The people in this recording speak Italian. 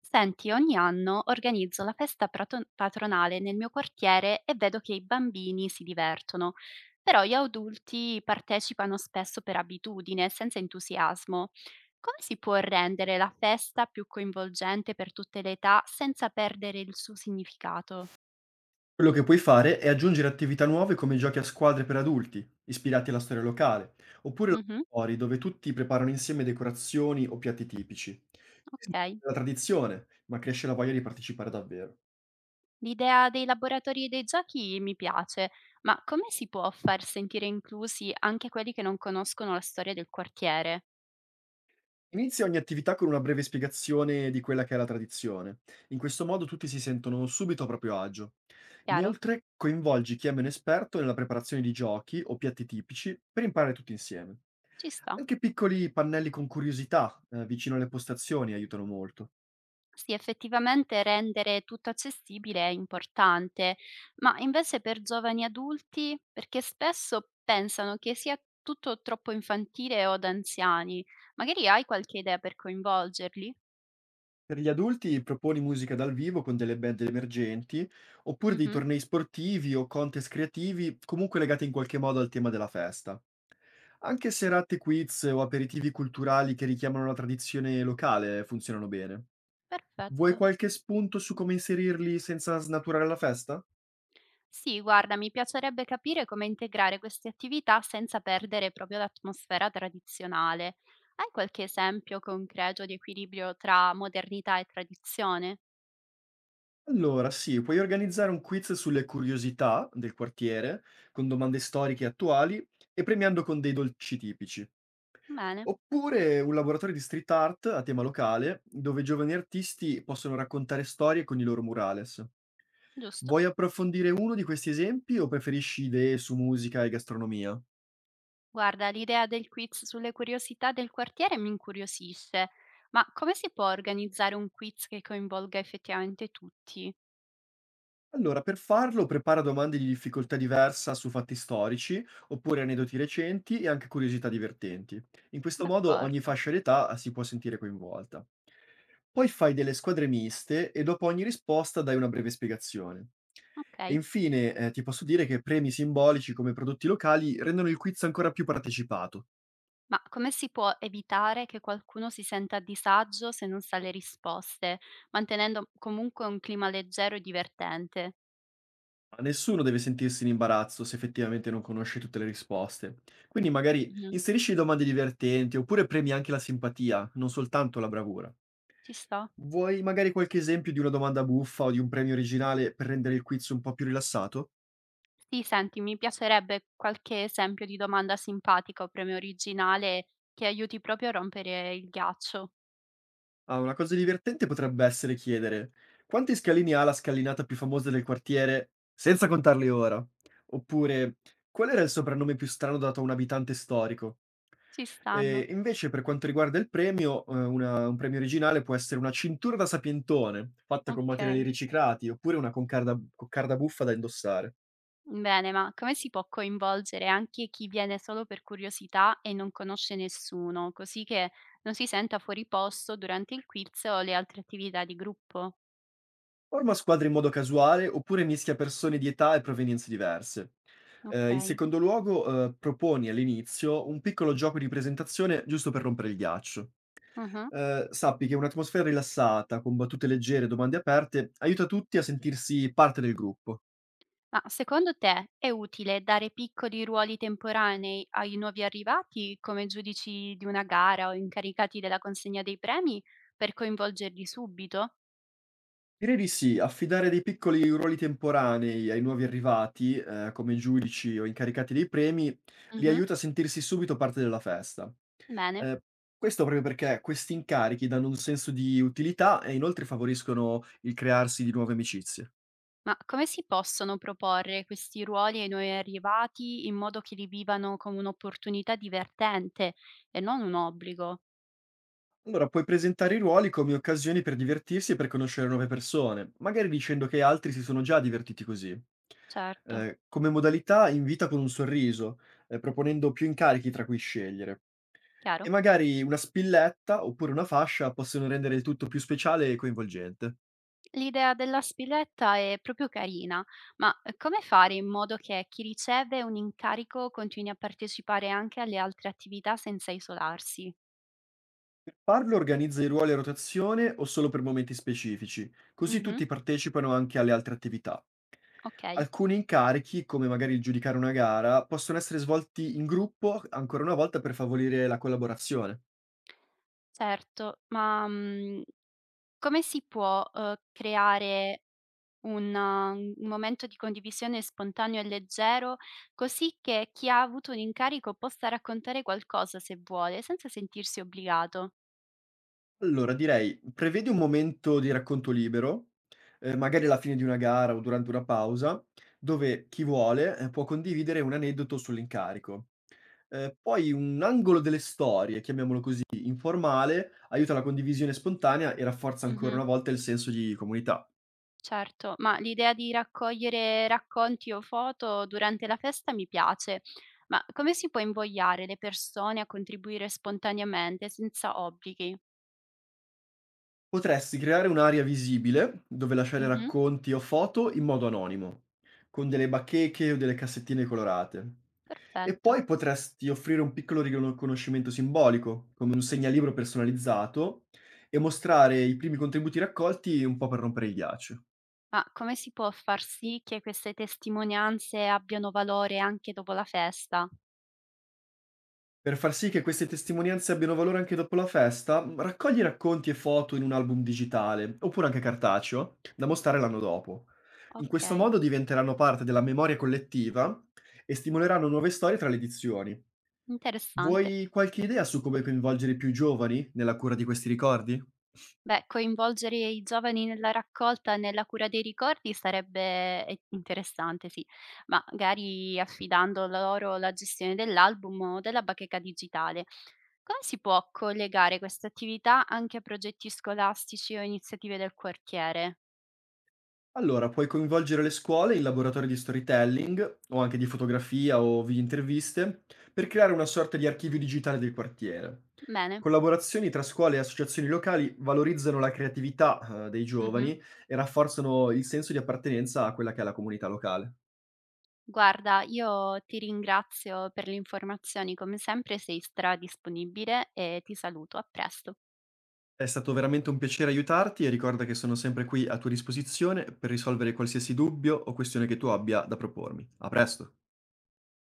Senti, ogni anno organizzo la festa patronale nel mio quartiere e vedo che i bambini si divertono, però gli adulti partecipano spesso per abitudine, senza entusiasmo. Come si può rendere la festa più coinvolgente per tutte le età senza perdere il suo significato? Quello che puoi fare è aggiungere attività nuove come giochi a squadre per adulti, ispirati alla storia locale, oppure Mhm, laboratori dove tutti preparano insieme decorazioni o piatti tipici. Questa ok. è la tradizione, ma cresce la voglia di partecipare davvero. L'idea dei laboratori e dei giochi mi piace, ma come si può far sentire inclusi anche quelli che non conoscono la storia del quartiere? Inizia ogni attività con una breve spiegazione di quella che è la tradizione. In questo modo tutti si sentono subito a proprio agio. Chiaro? Inoltre, coinvolgi chi è meno esperto nella preparazione di giochi o piatti tipici per imparare tutti insieme. Ci sta. Anche piccoli pannelli con curiosità, vicino alle postazioni aiutano molto. Sì, effettivamente rendere tutto accessibile è importante, ma invece per giovani adulti, perché spesso pensano che sia tutto troppo infantile o da anziani. Magari hai qualche idea per coinvolgerli? Per gli adulti proponi musica dal vivo con delle band emergenti, oppure dei Mhm, tornei sportivi o contest creativi, comunque legati in qualche modo al tema della festa. Anche serate quiz o aperitivi culturali che richiamano la tradizione locale funzionano bene. Vuoi perfetto. qualche spunto su come inserirli senza snaturare la festa? Sì, guarda, mi piacerebbe capire come integrare queste attività senza perdere proprio l'atmosfera tradizionale. Hai qualche esempio concreto di equilibrio tra modernità e tradizione? Allora, sì, puoi organizzare un quiz sulle curiosità del quartiere, con domande storiche e attuali, e premiando con dei dolci tipici. Bene, Oppure un laboratorio di street art a tema locale, dove giovani artisti possono raccontare storie con i loro murales. giusto. Vuoi approfondire uno di questi esempi o preferisci idee su musica e gastronomia? Guarda, l'idea del quiz sulle curiosità del quartiere mi incuriosisce, ma come si può organizzare un quiz che coinvolga effettivamente tutti? Allora, per farlo prepara domande di difficoltà diversa su fatti storici, oppure aneddoti recenti e anche curiosità divertenti. In questo modo ogni D'accordo, fascia d'età si può sentire coinvolta. Poi fai delle squadre miste e dopo ogni risposta dai una breve spiegazione. E ok. infine, ti posso dire che premi simbolici come prodotti locali rendono il quiz ancora più partecipato. Ma come si può evitare che qualcuno si senta a disagio se non sa le risposte, mantenendo comunque un clima leggero e divertente? Ma nessuno deve sentirsi in imbarazzo se effettivamente non conosce tutte le risposte. Quindi magari Mhm. inserisci domande divertenti oppure premi anche la simpatia, non soltanto la bravura. Ci sto? Vuoi magari qualche esempio di una domanda buffa o di un premio originale per rendere il quiz un po' più rilassato? Sì, senti, mi piacerebbe qualche esempio di domanda simpatica o premio originale che aiuti proprio a rompere il ghiaccio. Ah, una cosa divertente potrebbe essere chiedere: "Quanti scalini ha la scalinata più famosa del quartiere, senza contarli ora?" Oppure: "Qual era il soprannome più strano dato a un abitante storico?" Ci stanno, Invece per quanto riguarda il premio, una un premio originale può essere una cintura da sapientone, fatta con materiali ok. riciclati, oppure una concarda b coccarda buffa da indossare. Bene, ma come si può coinvolgere anche chi viene solo per curiosità e non conosce nessuno, così che non si senta fuori posto durante il quiz o le altre attività di gruppo? Forma squadre in modo casuale oppure mischia persone di età e provenienze diverse. In Ok. secondo luogo, proponi all'inizio un piccolo gioco di presentazione giusto per rompere il ghiaccio. Mhm. Sappi che un'atmosfera rilassata, con battute leggere e domande aperte, aiuta tutti a sentirsi parte del gruppo. Ma secondo te è utile dare piccoli ruoli temporanei ai nuovi arrivati come giudici di una gara o incaricati della consegna dei premi per coinvolgerli subito? Direi di sì, affidare dei piccoli ruoli temporanei ai nuovi arrivati, come giudici o incaricati dei premi, li Mhm. aiuta a sentirsi subito parte della festa. Bene. Ehm, Questo proprio perché questi incarichi danno un senso di utilità e inoltre favoriscono il crearsi di nuove amicizie. Ma come si possono proporre questi ruoli ai nuovi arrivati in modo che li vivano come un'opportunità divertente e non un obbligo? Allora, puoi presentare i ruoli come occasioni per divertirsi e per conoscere nuove persone, magari dicendo che altri si sono già divertiti così. Certo, Come modalità invita con un sorriso, proponendo più incarichi tra cui scegliere. chiaro. E magari una spilletta, oppure una fascia possono rendere il tutto più speciale e coinvolgente. L'idea della spilletta è proprio carina, ma come fare in modo che chi riceve un incarico continui a partecipare anche alle altre attività senza isolarsi? Per farlo organizza i ruoli a rotazione o solo per momenti specifici, così Mhm, tutti partecipano anche alle altre attività. ok, Alcuni incarichi, come magari il giudicare una gara, possono essere svolti in gruppo ancora una volta per favorire la collaborazione. certo, ma come si può creare un momento di condivisione spontaneo e leggero, così che chi ha avuto un incarico possa raccontare qualcosa se vuole, senza sentirsi obbligato. Allora direi: prevedi un momento di racconto libero, magari alla fine di una gara o durante una pausa, dove chi vuole, può condividere un aneddoto sull'incarico. Poi un angolo delle storie, chiamiamolo così, informale, aiuta la condivisione spontanea e rafforza ancora Mh-mh. una volta il senso di comunità. Certo, ma l'idea di raccogliere racconti o foto durante la festa mi piace, ma come si può invogliare le persone a contribuire spontaneamente senza obblighi? Potresti creare un'area visibile dove lasciare Mh-mh. racconti o foto in modo anonimo, con delle bacheche o delle cassettine colorate. E Perfetto. poi potresti offrire un piccolo riconoscimento simbolico, come un segnalibro personalizzato, e mostrare i primi contributi raccolti un po' per rompere il ghiaccio. Ma come si può far sì che queste testimonianze abbiano valore anche dopo la festa? Per far sì che queste testimonianze abbiano valore anche dopo la festa, raccogli racconti e foto in un album digitale, oppure anche cartaceo, da mostrare l'anno dopo. In questo Okay. modo diventeranno parte della memoria collettiva e stimoleranno nuove storie tra le edizioni. Interessante. Vuoi qualche idea su come coinvolgere i più giovani nella cura di questi ricordi? Beh, coinvolgere i giovani nella raccolta e nella cura dei ricordi sarebbe interessante, sì, ma magari affidando loro la gestione dell'album o della bacheca digitale. Come si può collegare questa attività anche a progetti scolastici o iniziative del quartiere? Allora, puoi coinvolgere le scuole in laboratori di storytelling o anche di fotografia o videointerviste per creare una sorta di archivio digitale del quartiere. Bene. Collaborazioni tra scuole e associazioni locali valorizzano la creatività, dei Mhm. giovani e rafforzano il senso di appartenenza a quella che è la comunità locale. Guarda, io ti ringrazio per le informazioni, come sempre sei stradisponibile e ti saluto, a presto. È stato veramente un piacere aiutarti e ricorda che sono sempre qui a tua disposizione per risolvere qualsiasi dubbio o questione che tu abbia da propormi. A presto!